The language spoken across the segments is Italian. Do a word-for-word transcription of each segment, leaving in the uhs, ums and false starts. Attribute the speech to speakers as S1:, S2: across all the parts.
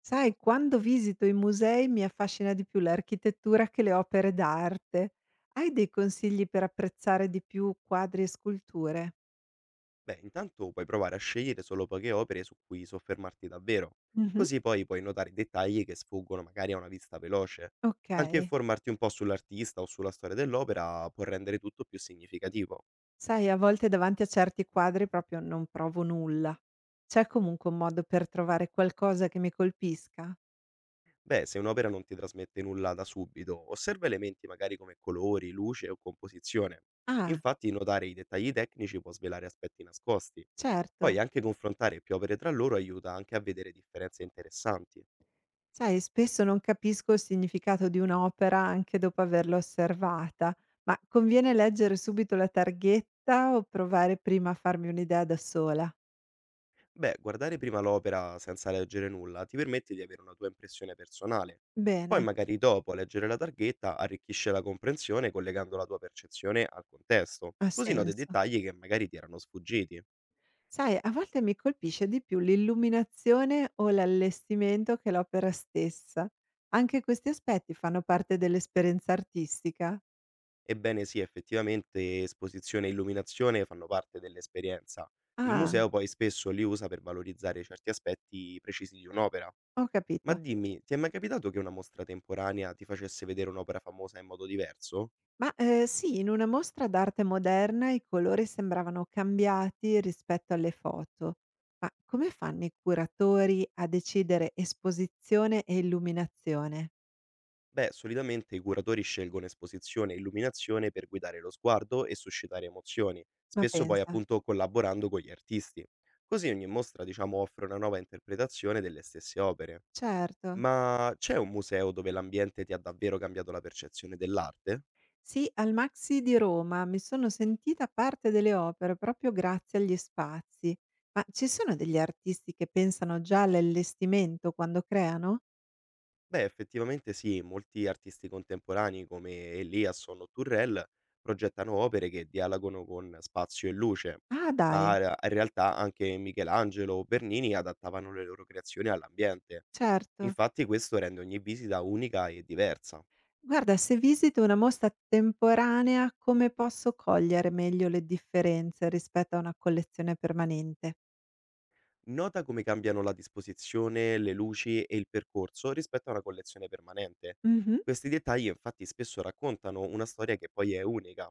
S1: Sai, quando visito i musei mi affascina di più l'architettura che le opere d'arte. Hai dei consigli per apprezzare di più quadri e sculture?
S2: Beh, intanto puoi provare a scegliere solo poche opere su cui soffermarti davvero,
S1: Mhm.
S2: così poi puoi notare dettagli che sfuggono magari a una vista veloce.
S1: Ok,
S2: Anche informarti un po' sull'artista o sulla storia dell'opera può rendere tutto più significativo.
S1: sai, a volte davanti a certi quadri proprio non provo nulla. C'è comunque un modo per trovare qualcosa che mi colpisca?
S2: Beh, se un'opera non ti trasmette nulla da subito, osserva elementi magari come colori, luce o composizione.
S1: Ah,
S2: Infatti, notare i dettagli tecnici può svelare aspetti nascosti.
S1: certo.
S2: Poi anche confrontare più opere tra loro aiuta anche a vedere differenze interessanti.
S1: Sai, spesso non capisco il significato di un'opera anche dopo averla osservata, ma conviene leggere subito la targhetta o provare prima a farmi un'idea da sola?
S2: Beh, guardare prima l'opera senza leggere nulla ti permette di avere una tua impressione personale. Poi
S1: Bene,
S2: magari dopo leggere la targhetta arricchisce la comprensione collegando la tua percezione al contesto,
S1: ha
S2: così noti
S1: senso.
S2: dettagli che magari ti erano sfuggiti.
S1: Sai, a volte mi colpisce di più l'illuminazione o l'allestimento che l'opera stessa. Anche questi aspetti fanno parte dell'esperienza artistica.
S2: Ebbene sì, effettivamente esposizione e illuminazione fanno parte dell'esperienza. Il
S1: Ah,
S2: museo poi spesso li usa per valorizzare certi aspetti precisi di un'opera.
S1: ho
S2: Ma
S1: capito.
S2: dimmi, ti è mai capitato che una mostra temporanea ti facesse vedere un'opera famosa in modo diverso?
S1: Ma, ehm, sì, in una mostra d'arte moderna i colori sembravano cambiati rispetto alle foto. Ma come fanno i curatori a decidere esposizione e illuminazione?
S2: Beh, solitamente i curatori scelgono esposizione e illuminazione per guidare lo sguardo e suscitare emozioni,
S1: Ma
S2: spesso poi
S1: pensa,
S2: appunto collaborando con gli artisti. Così ogni mostra, diciamo, offre una nuova interpretazione delle stesse opere.
S1: certo.
S2: Ma c'è un museo dove l'ambiente ti ha davvero cambiato la percezione dell'arte?
S1: Sì, al Maxi di Roma mi sono sentita parte delle opere proprio grazie agli spazi. Ma ci sono degli artisti che pensano già all'allestimento quando creano?
S2: Beh, effettivamente sì, molti artisti contemporanei come Eliasson o Turrell progettano opere che dialogano con spazio e luce,
S1: Ah dai,
S2: ma ra- in realtà anche Michelangelo o Bernini adattavano le loro creazioni all'ambiente.
S1: certo.
S2: Infatti questo rende ogni visita unica e diversa.
S1: Guarda, se visito una mostra temporanea, come posso cogliere meglio le differenze rispetto a una collezione permanente?
S2: Nota come cambiano la disposizione, le luci e il percorso rispetto a una collezione permanente.
S1: Mhm,
S2: Questi dettagli infatti spesso raccontano una storia che poi è unica.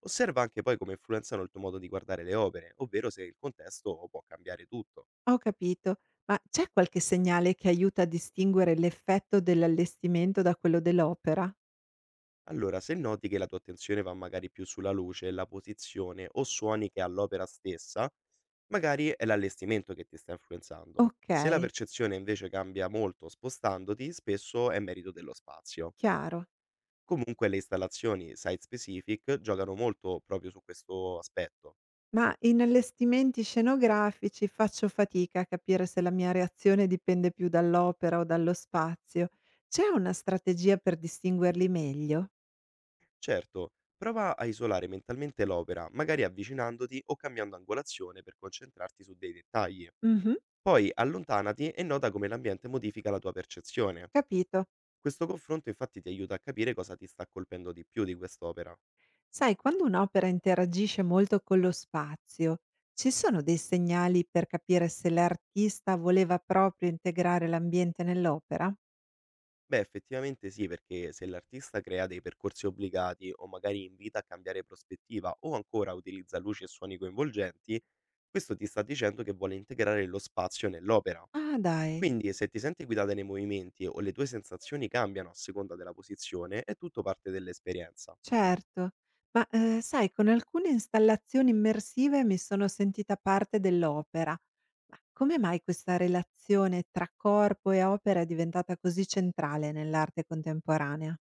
S2: Osserva anche poi come influenzano il tuo modo di guardare le opere, ovvero se il contesto può cambiare tutto.
S1: ho capito. Ma c'è qualche segnale che aiuta a distinguere l'effetto dell'allestimento da quello dell'opera?
S2: Allora, se noti che la tua attenzione va magari più sulla luce, la posizione o suoni che all'opera stessa, magari è l'allestimento che ti sta influenzando.
S1: Ok,
S2: Se la percezione invece cambia molto spostandoti, spesso è merito dello spazio.
S1: chiaro.
S2: Comunque le installazioni site specific giocano molto proprio su questo aspetto.
S1: Ma in allestimenti scenografici faccio fatica a capire se la mia reazione dipende più dall'opera o dallo spazio. C'è una strategia per distinguerli meglio?
S2: Certo, prova a isolare mentalmente l'opera, magari avvicinandoti o cambiando angolazione per concentrarti su dei dettagli.
S1: Mhm,
S2: Poi allontanati e nota come l'ambiente modifica la tua percezione.
S1: capito.
S2: Questo confronto infatti ti aiuta a capire cosa ti sta colpendo di più di quest'opera.
S1: Sai, quando un'opera interagisce molto con lo spazio, ci sono dei segnali per capire se l'artista voleva proprio integrare l'ambiente nell'opera?
S2: Beh, effettivamente sì, perché se l'artista crea dei percorsi obbligati o magari invita a cambiare prospettiva o ancora utilizza luci e suoni coinvolgenti, questo ti sta dicendo che vuole integrare lo spazio nell'opera.
S1: Ah dai,
S2: Quindi se ti senti guidata nei movimenti o le tue sensazioni cambiano a seconda della posizione, è tutto parte dell'esperienza.
S1: certo. Ma eh, sai, con alcune installazioni immersive mi sono sentita parte dell'opera. Ma come mai questa relazione tra corpo e opera è diventata così centrale nell'arte contemporanea?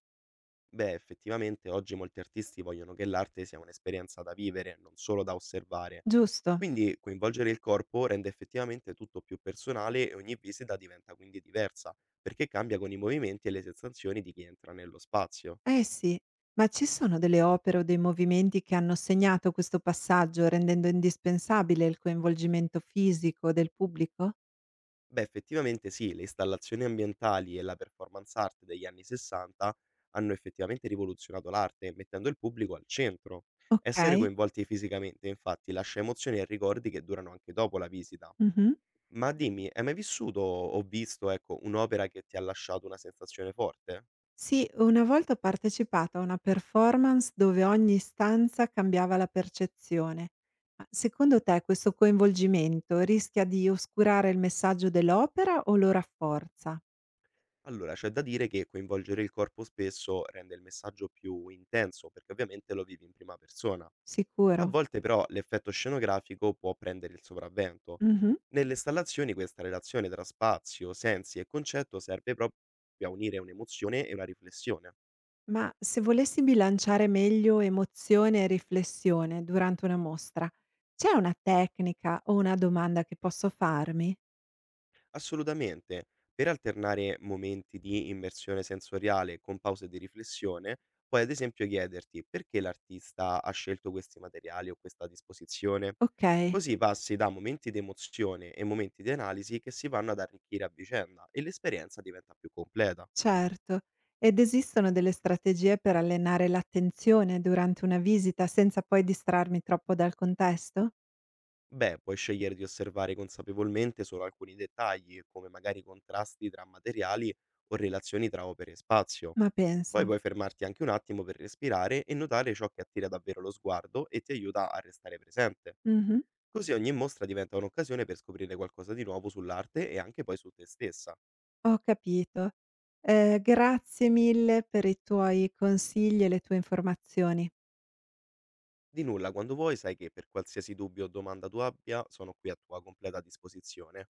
S2: Beh, effettivamente oggi molti artisti vogliono che l'arte sia un'esperienza da vivere, non solo da osservare.
S1: Giusto?
S2: Quindi coinvolgere il corpo rende effettivamente tutto più personale e ogni visita diventa quindi diversa, perché cambia con i movimenti e le sensazioni di chi entra nello spazio.
S1: Eh sì, ma ci sono delle opere o dei movimenti che hanno segnato questo passaggio, rendendo indispensabile il coinvolgimento fisico del pubblico?
S2: Beh, effettivamente sì, le installazioni ambientali e la performance art degli anni sessanta hanno effettivamente rivoluzionato l'arte, mettendo il pubblico al centro. Essere
S1: Okay.
S2: coinvolti fisicamente, infatti, lascia emozioni e ricordi che durano anche dopo la visita.
S1: Mh-mh.
S2: Ma dimmi, hai mai vissuto o visto, ecco, un'opera che ti ha lasciato una sensazione forte?
S1: Sì, una volta ho partecipato a una performance dove ogni stanza cambiava la percezione. Ma secondo te questo coinvolgimento rischia di oscurare il messaggio dell'opera o lo rafforza?
S2: Allora, c'è da dire che coinvolgere il corpo spesso rende il messaggio più intenso, perché ovviamente lo vivi in prima persona. A
S1: Sicuro?
S2: volte però l'effetto scenografico può prendere il sopravvento.
S1: Mh-mh.
S2: Nelle installazioni questa relazione tra spazio, sensi e concetto serve proprio a unire un'emozione e una riflessione.
S1: Ma se volessi bilanciare meglio emozione e riflessione durante una mostra, c'è una tecnica o una domanda che posso farmi?
S2: Assolutamente. Per alternare momenti di immersione sensoriale con pause di riflessione, puoi ad esempio chiederti perché l'artista ha scelto questi materiali o questa disposizione.
S1: Ok,
S2: Così passi da momenti di emozione e momenti di analisi che si vanno ad arricchire a vicenda e l'esperienza diventa più completa.
S1: certo. Ed esistono delle strategie per allenare l'attenzione durante una visita senza poi distrarmi troppo dal contesto?
S2: Beh, puoi scegliere di osservare consapevolmente solo alcuni dettagli, come magari contrasti tra materiali o relazioni tra opere e spazio.
S1: Ma
S2: Poi
S1: pensa.
S2: puoi fermarti anche un attimo per respirare e notare ciò che attira davvero lo sguardo e ti aiuta a restare presente.
S1: Mhm,
S2: Così ogni mostra diventa un'occasione per scoprire qualcosa di nuovo sull'arte e anche poi su te stessa.
S1: ho capito. Eh, grazie mille per i tuoi consigli e le tue informazioni.
S2: Di nulla, quando vuoi, sai che per qualsiasi dubbio o domanda tu abbia, sono qui a tua completa disposizione.